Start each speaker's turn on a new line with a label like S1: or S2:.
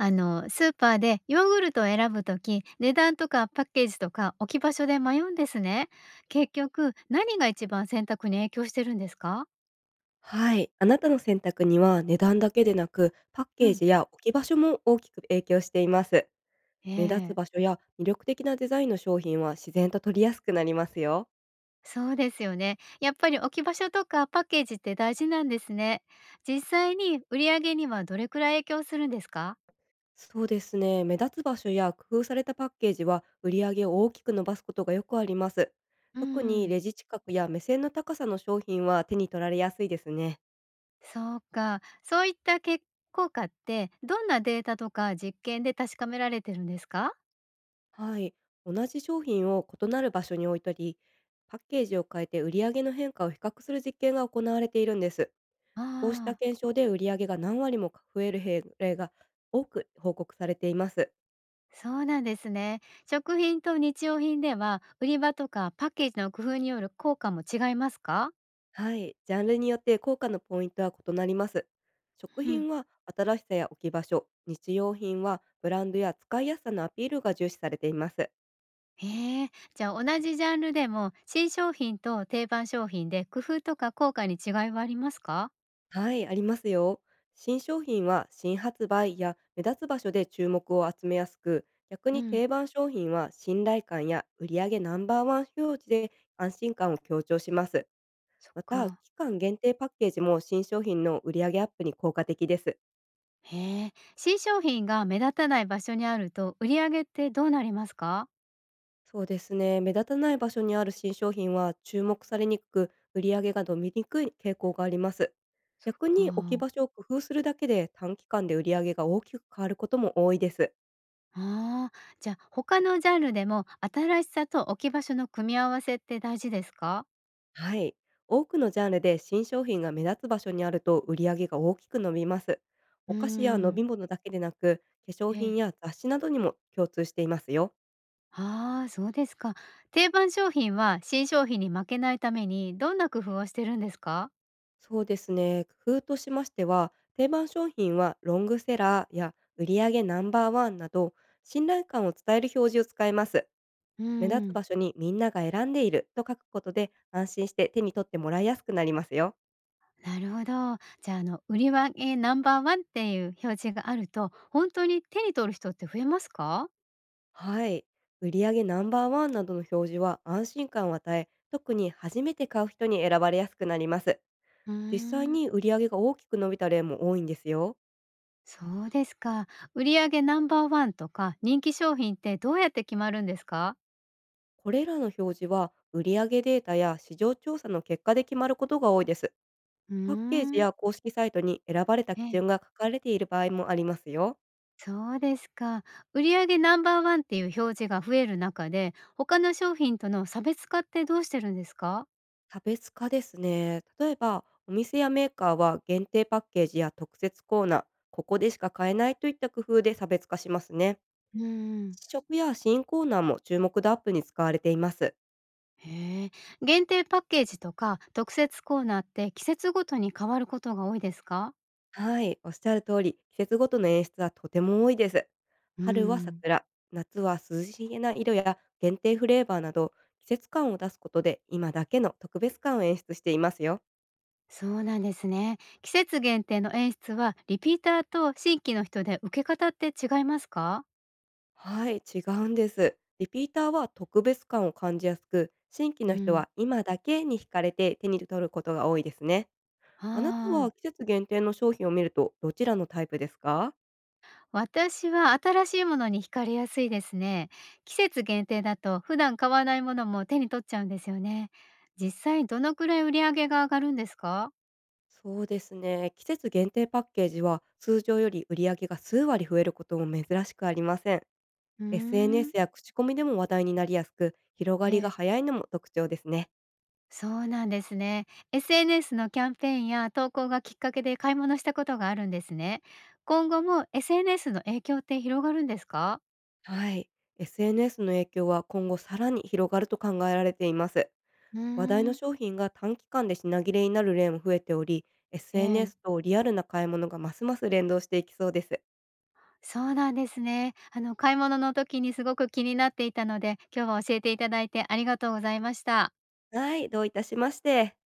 S1: スーパーでヨーグルトを選ぶとき、値段とかパッケージとか置き場所で迷うんですね。結局、何が一番選択に影響してるんですか？
S2: はい。あなたの選択には値段だけでなく、パッ
S1: う
S2: ケー
S1: ん、
S2: ジや置き場所も大きく影響しています。
S1: え
S2: 目立つ
S1: え、
S2: 場所や魅力的なデザインの商品は自然と取りやすくなりますよ。
S1: そうですよね。やっぱり置き場所とかパッケージって大事なんですね。実際に売り上げにはどれくらい影響するんですか？
S2: そうですね。目立つ場所や工夫されたパッケージは売り上げを大きく伸ばすことがよくあります。
S1: う
S2: 特に
S1: ん、
S2: レジ近くや目線の高さの商品は手に取られやすいですね。
S1: そうか、そういった結効果ってどんなデータとか実験で確かめられてるんですか？
S2: はい。同じ商品を異なる場所に置いたり、パッケージを変えて売り上げの変化を比較する実験が行われているんです。こうした
S1: ああー。
S2: 検証で売り上げが何割も増える弊例が多く報告されています。
S1: そうなんですね。食品と日用品では、売り場とかパッケージの工夫による効果も違いますか？
S2: はい、ジャンルによって効果のポイントは異なります。食
S1: う
S2: 品
S1: ん、
S2: は新しさや置き場所、日用品はブランドや使いやすさのアピールが重視されています。
S1: へえ、じゃあ同じジャンルでも新商品と定番商品で工夫とか効果に違いはありますか？
S2: はい、ありますよ。新商品は新発売や目立つ場所で注目を集めやすく、逆
S1: う
S2: に
S1: ん、
S2: 定番商品は信頼感や売上ナンバーワン表示で安心感を強調します。
S1: そっ
S2: また、
S1: か。
S2: 期間限定パッケージも新商品の売上アップに効果的です。
S1: へえ、新商品が目立たない場所にあると売り上げってどうなりますか？
S2: そうですね。目立たない場所にある新商品は注目されにくく、売り上げが伸びにくい傾向があります。
S1: そっ
S2: 逆
S1: か。
S2: に置き場所を工夫するだけで短期間で売り上げが大きく変わることも多いです。
S1: ああ、じゃあ他のジャンルでも新しさと置き場所の組み合わせって大事ですか？
S2: はい。多くのジャンルで新商品が目立つ場所にあると売り上げが大きく伸びます。お
S1: う
S2: 菓子や飲
S1: ん。
S2: み物だけでなく、化粧品
S1: ええ。
S2: や雑誌などにも共通していますよ。
S1: ああ、そうですか。定番商品は新商品に負けないためにどんな工夫をしてるんですか？
S2: そうですね。工夫としましては、定番商品はロングセラーや売上ナンバーワンなど、信頼感を伝える表示を使います。
S1: う
S2: 目
S1: ん
S2: 立
S1: う
S2: つ
S1: ん。
S2: 場所にみんなが選んでいると書くことで、安心して手に取ってもらいやすくなりますよ。
S1: なるほど。じゃあ、売り上げナンバーワンっていう表示があると、本当に手に取る人って増えますか？
S2: はい。売上ナンバーワンなどの表示は安心感を与え、特に初めて買う人に選ばれやすくなります。
S1: うー
S2: 実際
S1: ん。
S2: に売上が大きく伸びた例も多いんですよ。
S1: そうですか。売り上げナンバーワンとか人気商品ってどうやって決まるんですか？
S2: これらの表示は売上データや市場調査の結果で決まることが多いです。
S1: うー
S2: パッケージ
S1: ん。
S2: や公式サイトに選ばれた
S1: え
S2: 基
S1: え、
S2: 準が書かれている場合もありますよ。
S1: そうですか。売り上げナンバーワンっていう表示が増える中で、他の商品との差別化ってどうしてるんですか？
S2: 差別化ですね。例えば、お店やメーカーは限定パッケージや特設コーナー、ここでしか買えないといった工夫で差別化しますね。
S1: うん。
S2: 試食や新コーナーも注目度アップに使われています。
S1: へえ。限定パッケージとか特設コーナーって季節ごとに変わることが多いですか？
S2: はい、おっしゃる通り、季節ごとの演出はとても多いです。
S1: う
S2: 春は
S1: ん。
S2: 桜、夏は涼しげな色や限定フレーバーなど、季節感を出すことで今だけの特別感を演出していますよ。
S1: そうなんですね。季節限定の演出はリピーターと新規の人で受け方って違いますか？
S2: はい、違うんです。リピーターは特別感を感じやすく、新規
S1: う
S2: の人
S1: ん。
S2: は今だけに惹かれて手に取ることが多いですね。あなたは
S1: ああ、
S2: 季節限定の商品を見るとどちらのタイプですか？
S1: 私は新しいものに惹かれやすいですね。季節限定だと普段買わないものも手に取っちゃうんですよね。実際どのくらい売り上げが上がるんですか？
S2: そうですね。季節限定パッケージは通常より売り上げが数割増えることも珍しくありません。
S1: うーん。
S2: SNS や口コミでも話題になりやすく、広が
S1: え
S2: りが
S1: え。
S2: 早いのも特徴ですね。
S1: そうなんですね。SNS のキャンペーンや投稿がきっかけで買い物したことがあるんですね。今後も SNS の影響って広がるんですか？
S2: はい。SNS の影響は今後さらに広がると考えられています。
S1: うー
S2: 話題の
S1: ん。
S2: 商品が短期間で品切れになる例も増えており、
S1: ええ。
S2: SNS とリアルな買い物がますます連動していきそうです。
S1: そうなんですね。買い物の時にすごく気になっていたので、今日は教えていただいてありがとうございました。
S2: はい、どういたしまして。